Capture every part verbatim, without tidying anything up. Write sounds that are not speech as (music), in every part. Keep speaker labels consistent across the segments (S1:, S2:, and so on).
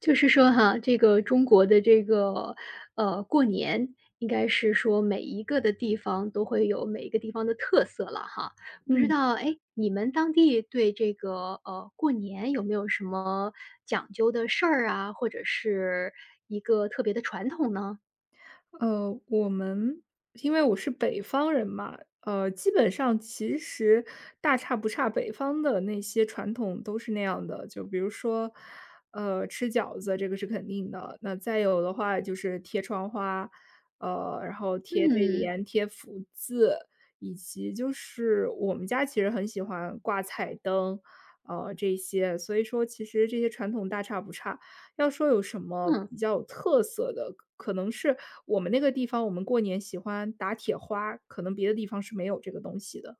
S1: 就是说哈，这个中国的这个，呃，过年应该是说每一个的地方都会有每一个地方的特色了哈。不知
S2: 嗯，
S1: 道，哎，你们当地对这个，呃，过年有没有什么讲究的事儿啊，或者是一个特别的传统呢？
S2: 呃，我们因为我是北方人嘛，呃，基本上其实大差不差，北方的那些传统都是那样的。就比如说，呃，吃饺子这个是肯定的，那再有的话就是贴窗花，呃，然后贴对
S1: 嗯。
S2: 联、贴福字，以及就是我们家其实很喜欢挂彩灯，呃，这些，所以说其实这些传统大差不差。要说有什么
S1: 嗯，
S2: 比较有特色的，可能是我们那个地方，我们过年喜欢打铁花，可能别的地方是没有这个东西的。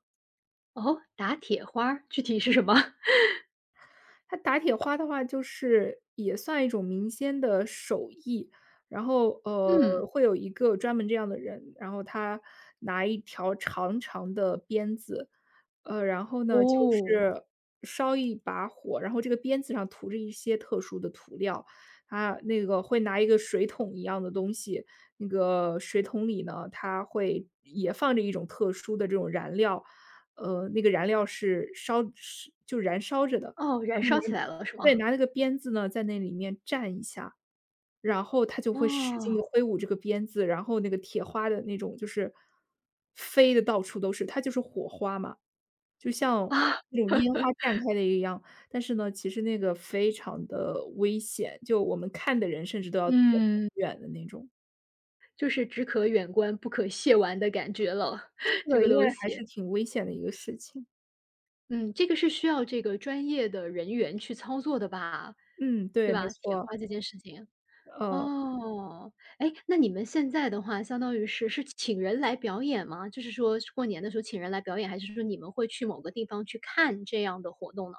S1: 哦，打铁花儿，具体是什么？(laughs)
S2: 它打铁花的话，就是也算一种民间的手艺，然后呃，
S1: 嗯。
S2: 会有一个专门这样的人，然后他拿一条长长的鞭子，呃，然后呢就
S1: 哦，
S2: 是烧一把火，然后这个鞭子上涂着一些特殊的涂料，他那个会拿一个水桶一样的东西，那个水桶里呢，它会也放着一种特殊的这种燃料，呃，那个燃料是烧是就燃烧着的。
S1: 哦，燃
S2: 然后拿
S1: 烧起来了是
S2: 对，
S1: 吗？
S2: 拿那个鞭子呢，在那里面蘸一下，然后它就会使劲的
S1: 哦，
S2: 挥舞这个鞭子，然后那个铁花的那种就是飞的到处都是，它就是火花嘛，就像
S1: 啊。
S2: 那种烟花绽开的一样。但是呢，其实那个非常的危险，就我们看的人甚至都要躲很
S1: 嗯。
S2: 远的那种。
S1: 就是只可远观不可亵玩的感觉了，(laughs) 这
S2: 对，
S1: 个
S2: 因为
S1: 东
S2: 还是
S1: 西。
S2: 挺危险的一个事情。
S1: 嗯，这个是需要这个专业的人员去操作的吧？
S2: 嗯，
S1: 对
S2: 对，没
S1: 吧？铁
S2: 错，
S1: 花这件事情。
S2: 呃。
S1: 哦，哎，那你们现在的话，相当于是是请人来表演吗？就是说过年的时候请人来表演，还是说你们会去某个地方去看这样的活动呢？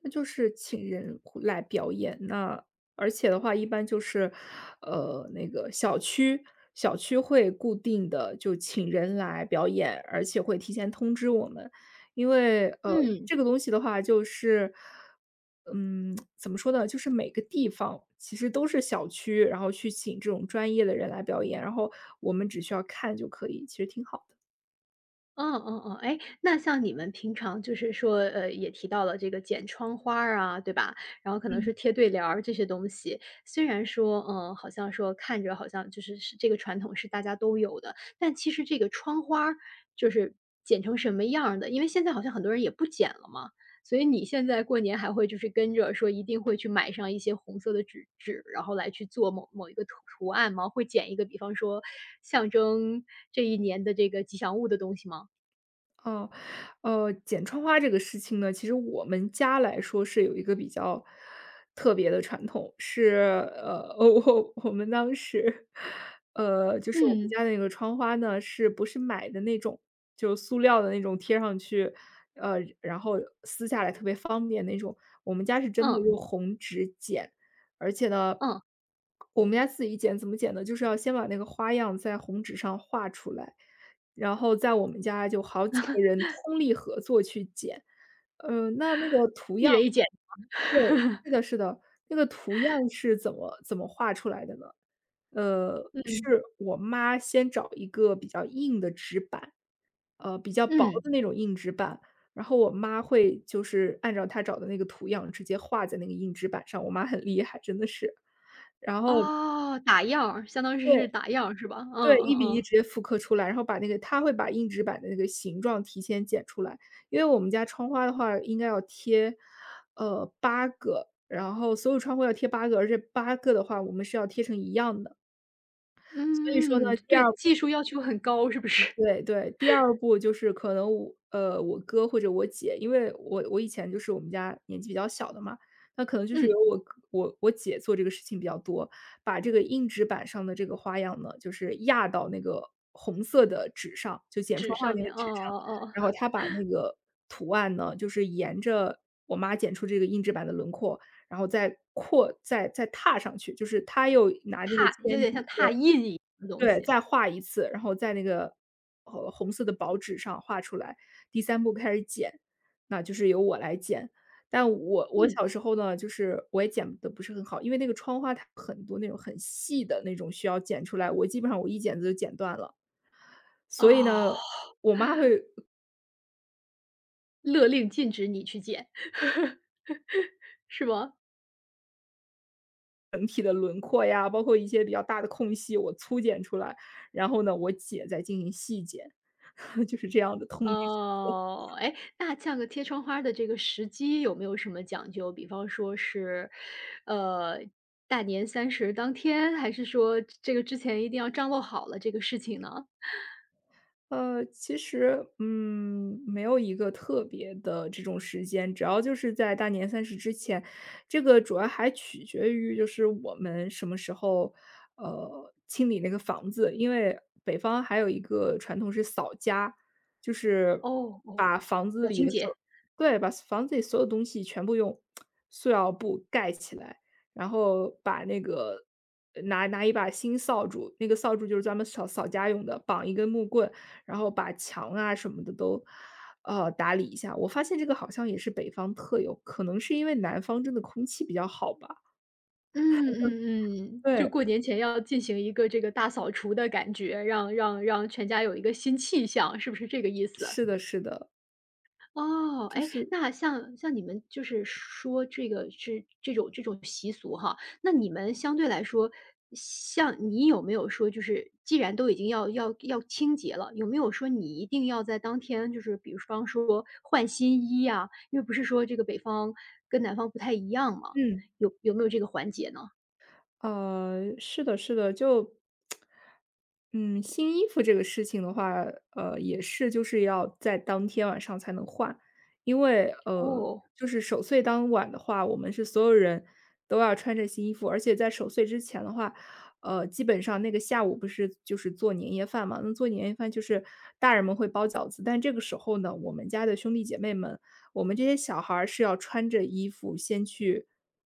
S2: 那就是请人会来表演，那而且的话一般就是，呃，那个小区小区会固定的就请人来表演，而且会提前通知我们。因为，呃，
S1: 嗯。
S2: 这个东西的话就是，嗯，怎么说呢，就是每个地方其实都是小区，然后去请这种专业的人来表演，然后我们只需要看就可以，其实挺好的。
S1: 嗯嗯嗯，哎，那像你们平常就是说，呃，也提到了这个剪窗花儿啊，对吧？然后可能
S2: 嗯。
S1: 是贴对联儿这些东西，虽然说，嗯，好像说看着好像就是是这个传统是大家都有的，但其实这个窗花儿就是剪成什么样儿的，因为现在好像很多人也不剪了嘛，所以你现在过年还会就是跟着说一定会去买上一些红色的纸纸，然后来去做某某一个图图案吗？会剪一个，比方说象征这一年的这个吉祥物的东西吗？
S2: 哦，呃，剪窗花这个事情呢，其实我们家来说是有一个比较特别的传统，是呃，(laughs) 我我们当时，呃，就是我们
S1: 嗯，
S2: 家那个窗花呢，是不是买的那种，就塑料的那种贴上去，呃，然后撕下来特别方便那种，我们家是真的
S1: 嗯，
S2: 用红纸剪，而且呢，
S1: 嗯，
S2: 我们家自己剪怎么剪呢？就是要先把那个花样在红纸上画出来。然后在我们家就好几个人通力合作去剪。呃，那那个图样
S1: 一人一件，
S2: 对，是的是的，那个图样是怎么怎么画出来的呢？呃，
S1: 嗯，
S2: 是我妈先找一个比较硬的纸板，呃，比较薄
S1: 嗯，
S2: 的那种硬纸板，然后我妈会就是按照她找的那个图样直接画在那个硬纸板上，我妈很厉害，真的是。然后
S1: 哦，打样儿，相当于
S2: 对。
S1: 是打样儿是吧？
S2: 对
S1: 嗯嗯
S2: 一比一
S1: 嗯，
S2: 直接复刻出来，然后把那个他会把硬纸板的那个形状提前剪出来。因为我们家窗花的话应该要贴，呃八个，然后所有窗户要贴八个，而这八个的话我们是要贴成一样的。所以说
S1: 嗯，
S2: 呢，第二。
S1: 对，技术要求很高是不是？(laughs)
S2: 对对，第二步就是可能我呃，我哥或者我姐，因为我我以前就是我们家年纪比较小的嘛，那可能就是由
S1: 嗯，
S2: 我哥我我姐做这个事情比较多，把这个硬纸板上的这个花样呢，就是压到那个红色的纸上，就剪
S1: 纸
S2: 窗花
S1: 上
S2: 那
S1: 面，
S2: 个
S1: 哦
S2: 纸上，
S1: 哦哦，
S2: 然后她把那个图案呢，就是沿着我妈剪出这个硬纸板的轮廓，然后再扩再再踏上去，就是她又拿这个
S1: 拓有
S2: 铅
S1: 点
S2: 笔
S1: 像拓印一样的东
S2: 对，
S1: 西，
S2: 再画一次，然后在那个，呃，红色的薄纸上画出来，第三步开始剪，那就是由我来剪。但我我
S1: 嗯，
S2: 小时候呢，就是我也剪得不是很好，因为那个窗花它很多那种很细的那种需要剪出来，我基本上我一剪子就剪断了。所以
S1: 哦，
S2: 呢，我妈会
S1: 勒令禁止你去剪是吗？
S2: 整体的轮廓呀，包括一些比较大的空隙，我粗剪出来，然后呢，我姐再进行细剪，(laughs) 就是这样的通力
S1: 哦，哎，那像个贴窗花儿的这个时机有没有什么讲究？比方说是，呃，大年三十当天，还是说这个之前一定要张罗好了这个事情呢？
S2: 呃，其实，嗯，没有一个特别的这种时间，主要就是在大年三十之前，这个主要还取决于就是我们什么时候，呃，清理那个房子。因为北方还有一个传统是扫家，就是
S1: 哦，哦，
S2: 把房子
S1: 我
S2: 里
S1: 清
S2: 的所
S1: 洁。
S2: 对，把房子里所有东西全部用塑料布盖起来，然后把那个呃拿拿一把新扫帚，那个扫帚就是专门扫扫家用的，绑一根木棍，然后把墙啊什么的都，呃，打理一下。我发现这个好像也是北方特有，可能是因为南方真的空气比较好吧。
S1: 嗯嗯嗯，就
S2: 对，
S1: 过年前要进行一个这个大扫除的感觉，让让让全家有一个新气象，是不是这个意思？
S2: 是的是的，
S1: 哦，
S2: 就
S1: 哎，
S2: 是
S1: 那像像你们就是说这个是这种这种习俗哈，那你们相对来说，像你有没有说就是既然都已经要要要清洁了，有没有说你一定要在当天就是比方说换新衣呀，因为不是说这个北方跟南方不太一样嘛，
S2: 嗯。
S1: 有有没有这个环节呢？
S2: 呃，是的，是的，就，嗯，新衣服这个事情的话，呃，也是就是要在当天晚上才能换，因为呃，
S1: 哦，
S2: 就是守岁当晚的话，我们是所有人都要穿着新衣服，而且在守岁之前的话，呃，基本上那个下午不是就是做年夜饭嘛，那做年夜饭就是大人们会包饺子，但这个时候呢，我们家的兄弟姐妹们，我们这些小孩儿是要穿着衣服先去。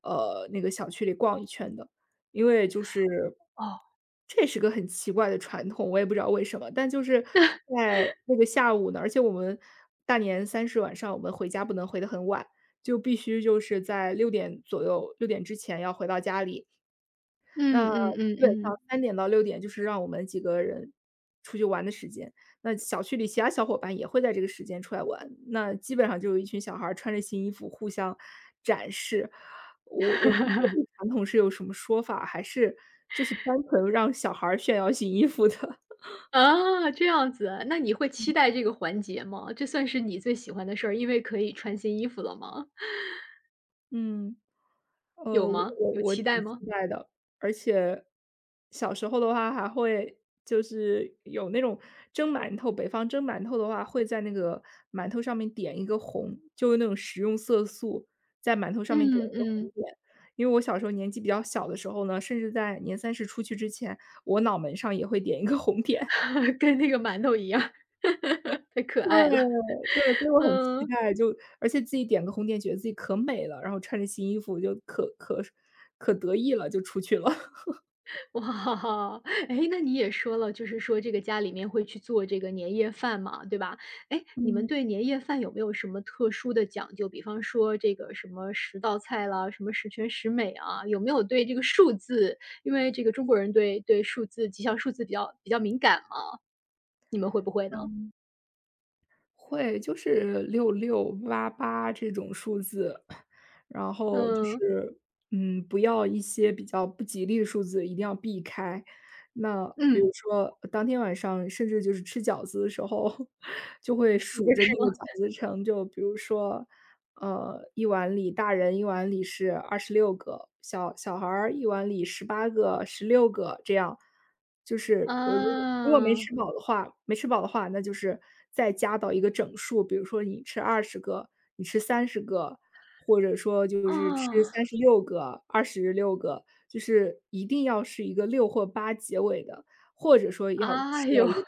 S2: 呃，那个小区里逛一圈的，因为就是
S1: 哦，
S2: 这是个很奇怪的传统，我也不知道为什么。但就是在那个下午呢，而且我们大年三十晚上我们回家不能回得很晚，就必须就是在六点左右六点之前要回到家里。那
S1: 嗯嗯嗯
S2: 基本上
S1: 嗯。
S2: 三点到六点就是让我们几个人出去玩的时间，那小区里其他小伙伴也会在这个时间出来玩，那基本上就有一群小孩儿穿着新衣服互相展示。我我不知道这个传统是有什么说法，还是就是单纯让小孩儿炫耀新衣服的，(laughs)
S1: 啊，这样子啊那你会期待这个环节吗？这算是你最喜欢的事儿，因为可以穿新衣服了吗？
S2: 嗯。
S1: 有
S2: 呃，我
S1: 吗？
S2: 我
S1: 有
S2: 我
S1: 期
S2: 挺
S1: 待吗？
S2: 期待的，而且小时候的话还会就是有那种蒸馒头，北方蒸馒头的话会在那个馒头上面点一个红，就是那种食用色素，在馒头上面点
S1: 嗯
S2: 一个红
S1: 嗯，
S2: 点。因为我小时候年纪比较小的时候呢，甚至在年三十出去之前，我脑门上也会点一个红点。
S1: (laughs) 跟那个馒头一样，(laughs) 太
S2: (laughs)
S1: 可
S2: 对，
S1: 爱了，
S2: 对，所以我很期
S1: 嗯。
S2: 待，就而且自己点个红点，觉得自己可美了，然后穿着新衣服就可可可得意了，就出去了。
S1: 哇，(laughs) 哈，哎，那你也说了，就是说这个家里面会去做这个年夜饭嘛，对吧？哎，你们
S2: 嗯，
S1: 对年夜饭有没有什么特殊的讲究？比方说这个什么十道菜啦，什么十全十美啊，有没有对这个数字因为这个中国人对对数字吉祥数字比较比较敏感嘛，你们会不会呢？
S2: 嗯，会，就是六六八八这种数字，然后就
S1: 嗯，
S2: 是，嗯，不要一些比较不吉利的数字，一定要避开。那比如
S1: 嗯，
S2: 说当天晚上，甚至就是吃饺子的时候，(laughs) 就会
S1: 你
S2: 数
S1: 这
S2: 着那
S1: 吃
S2: 个
S1: 吗？
S2: 饺子称，就比如说呃，一碗里大人一碗里是二十六个，小小孩儿一碗里十八个、十六个这样。就是呃，如果如果没
S1: 啊，
S2: 吃饱的话没吃饱的话，那就是再加到一个整数，比如说你吃二十个，你吃三十个，或者说就是吃三
S1: 啊，
S2: 十六个、二十六个，就是一定要是一个六或八结尾的，或者说要吃
S1: 哎
S2: 到
S1: 呦，
S2: 一个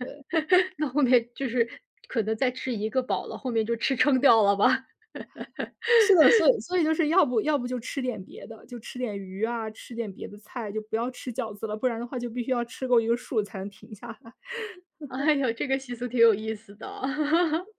S2: 对。
S1: (laughs) 那后面就是可能再吃一个饱了，后面就吃撑掉了吧？
S2: 是的，所以所以就是要不要不就吃点别的，就吃点鱼啊，吃点别的菜，就不要吃饺子了，不然的话就必须要吃够一个数才能停下来。
S1: 哎呦，这个习俗挺有意思的。(laughs)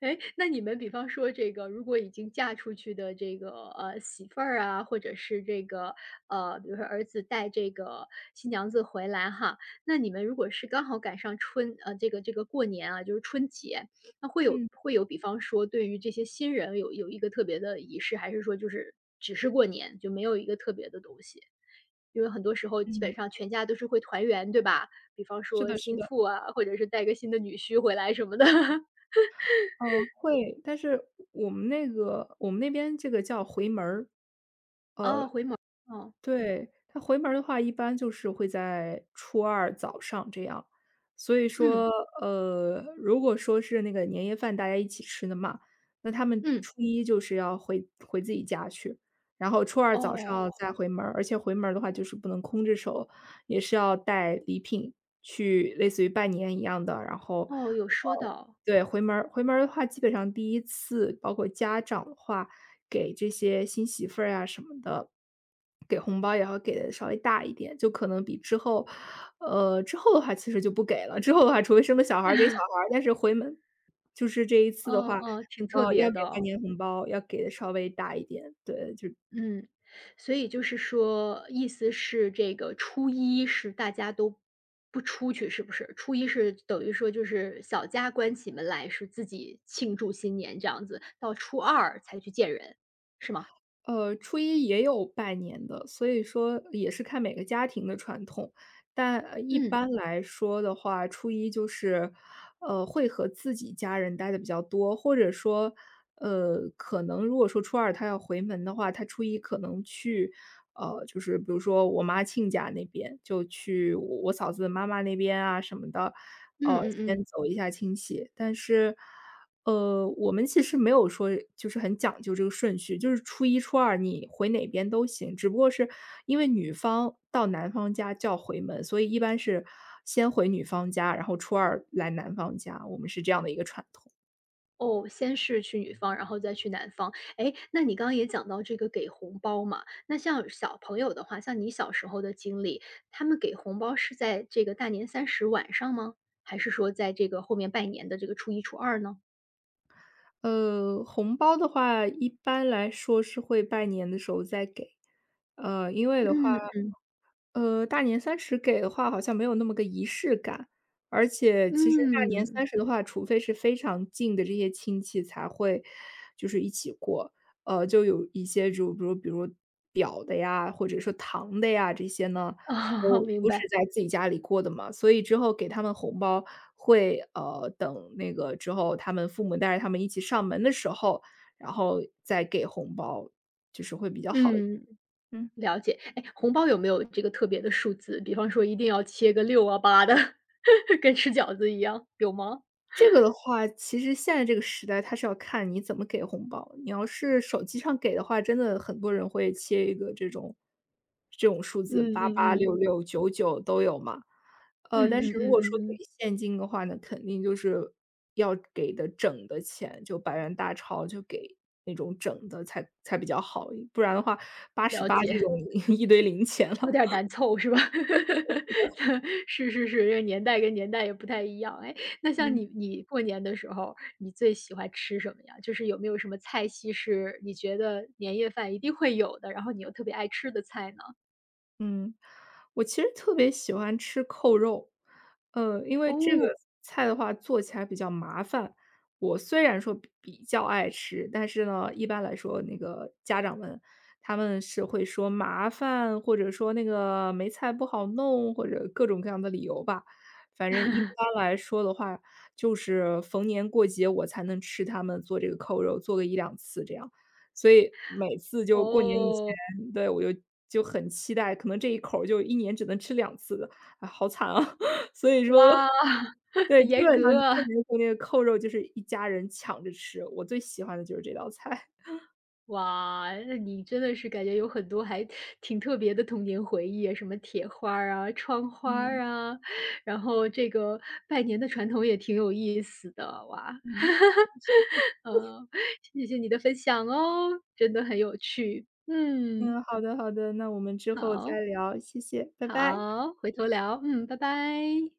S1: 哎，那你们比方说这个如果已经嫁出去的这个，呃，媳妇儿啊，或者是这个，呃，比如说儿子带这个新娘子回来哈，那你们如果是刚好赶上春呃，这个这个过年啊，就是春节，那会有
S2: 嗯
S1: 会有比方说对于这些新人有有一个特别的仪式，还是说就是只是过年，就没有一个特别的东西？因为很多时候基本
S2: 嗯，
S1: 上全家都是会团圆，对吧？比方
S2: 是
S1: 说
S2: 的是
S1: 新
S2: 的，
S1: 妇啊，或者是带个新的女婿回来什么的。(laughs)
S2: 嗯，会，但是我们那个我们那边这个叫回门儿。呃，
S1: 哦，回门儿，哦，
S2: 对，他回门儿的话，一般就是会在初二早上这样。所以
S1: 嗯，
S2: 说，呃，如果说是那个年夜饭大家一起吃的嘛，那他们
S1: 嗯，
S2: 初一就是要回回自己家去，然后初二早
S1: 哦，
S2: 上再回门儿而且回门儿的话就是不能空着手，也是要带礼品去，类似于拜年一样的。然后，
S1: 哦，有说
S2: 呃，
S1: 到，
S2: 对，回门儿回门儿的话，基本上第一次，包括家长的话，给这些新媳妇儿呀什么的，给红包也要给的稍微大一点，就可能比之后呃，之后的话其实就不给了，之后的话除非生了小孩儿给小孩儿，但是回门就是这一次的
S1: 嗯
S2: 话，
S1: 嗯，挺特
S2: 呃，要
S1: 别
S2: 给半
S1: 的，
S2: 年红包，要给的稍微大一点，对，就
S1: 嗯。所以就是说，意思是这个初一是大家都不出去，是不是？初一是等于说就是小家关起门来，是自己庆祝新年这样子，到初二才去见人，是吗？
S2: 呃，初一也有拜年的，所以说也是看每个家庭的传统。但呃一
S1: 嗯，
S2: 般来说的话，初一就是，呃，会和自己家人待的比较多，或者说，呃，可能如果说初二他要回门的话，他初一可能去，呃，就是比如说我妈亲家那边，就去我我嫂子妈妈那边啊什么的，
S1: 嗯
S2: 呃，
S1: 嗯
S2: 先
S1: 嗯。
S2: 走一下亲戚。但是，呃，我们其实没有说就是很讲究这个顺序，就是初一、初二你回哪边都行，只不过是因为女方到男方家叫回门，所以一般是先回女方家，然后初二来男方家，我们是这样的一个传统。
S1: 哦，先是去女方，然后再去男方。哎，那你刚刚也讲到这个给红包嘛，那像小朋友的话，像你小时候的经历，他们给红包是在这个大年三十晚上吗？还是说在这个后面拜年的这个初一、初二呢？
S2: 呃，红包的话，一般来说是会拜年的时候再给，呃，因为的话
S1: 嗯
S2: 呃，大年三十给的话好像没有那么个仪式感，而且其实大年
S1: 嗯。
S2: 三十的话，除非是非常近的这些亲戚才会就是一起过。呃，就有一些就比如比如表的呀，或者说堂的呀，这些呢，
S1: 哦，
S2: 都
S1: (laughs) 明
S2: 都是
S1: 白，
S2: 在自己家里过的嘛，所以之后给他们红包会，呃，等那个之后他们父母带着他们一起上门的时候，然后再给红包，
S1: 嗯，
S2: 嗯。
S1: 了解。哎，红包有没有这个特别的数字？比方说一定要切个六啊、八的，(laughs) 跟吃饺子一样，有吗？
S2: 这个的话，其实现在这个时代，它是要看你怎么给红包。你要是手机上给的话，真的很多人会切一个这种这种数字，
S1: 嗯
S2: 八八
S1: 嗯
S2: 六
S1: 嗯，
S2: 六九九都有嘛。
S1: 嗯
S2: 呃，但
S1: 嗯
S2: 是如
S1: 嗯
S2: 果说
S1: 嗯
S2: 给
S1: 嗯，
S2: 现金的话呢，肯定就是要给的整的钱，就百元大钞就给那种整的才才比较好，不然的话八十
S1: 了
S2: 八这
S1: 解。
S2: 种 (laughs) 一堆零钱了。
S1: 有点儿难凑是吧？(laughs) 是是是，这个年代跟年代也不太一样。哎，那像你你过年的时候，你最喜欢吃什么呀？就是有没有什么菜系是你觉得年夜饭一定会有的，然后你又特别爱吃的菜呢？
S2: 嗯，我其实特别喜欢吃扣肉，呃，因为这个
S1: 哦，
S2: 菜的话做起来比较麻烦。我虽然说比比较爱吃，但是呢，一般来说那个家长们他们是会说麻烦，或者说那个梅菜不好弄，或者各种各样的理由吧。反正一般来说的话，就是逢年过节我才能吃他们做这个扣肉，做个一两次这样。所以每次就过年以
S1: 哦，
S2: 前，对，我就就很期待，可能这一口儿就一年只能吃两次的，啊，好惨啊。(laughs) 所以说
S1: 哇，(laughs)
S2: 对，基
S1: 严
S2: 本上
S1: 格
S2: 过
S1: 啊
S2: 年过年候那个扣肉就是一家人抢着吃，我最喜欢的就是这道菜。
S1: 哇，那你真的是感觉有很多还挺特别的童年回忆啊，什么铁花儿啊、窗花
S2: 嗯，
S1: 儿啊，然后这个拜年的传统也挺有意思的，哇。
S2: 嗯。
S1: 呃，谢谢你的分享哦，真的很有趣。嗯，
S2: 嗯，好的好的，那我们之后
S1: 好，
S2: 再聊，谢谢，拜拜。
S1: 好，回头聊，嗯，拜拜。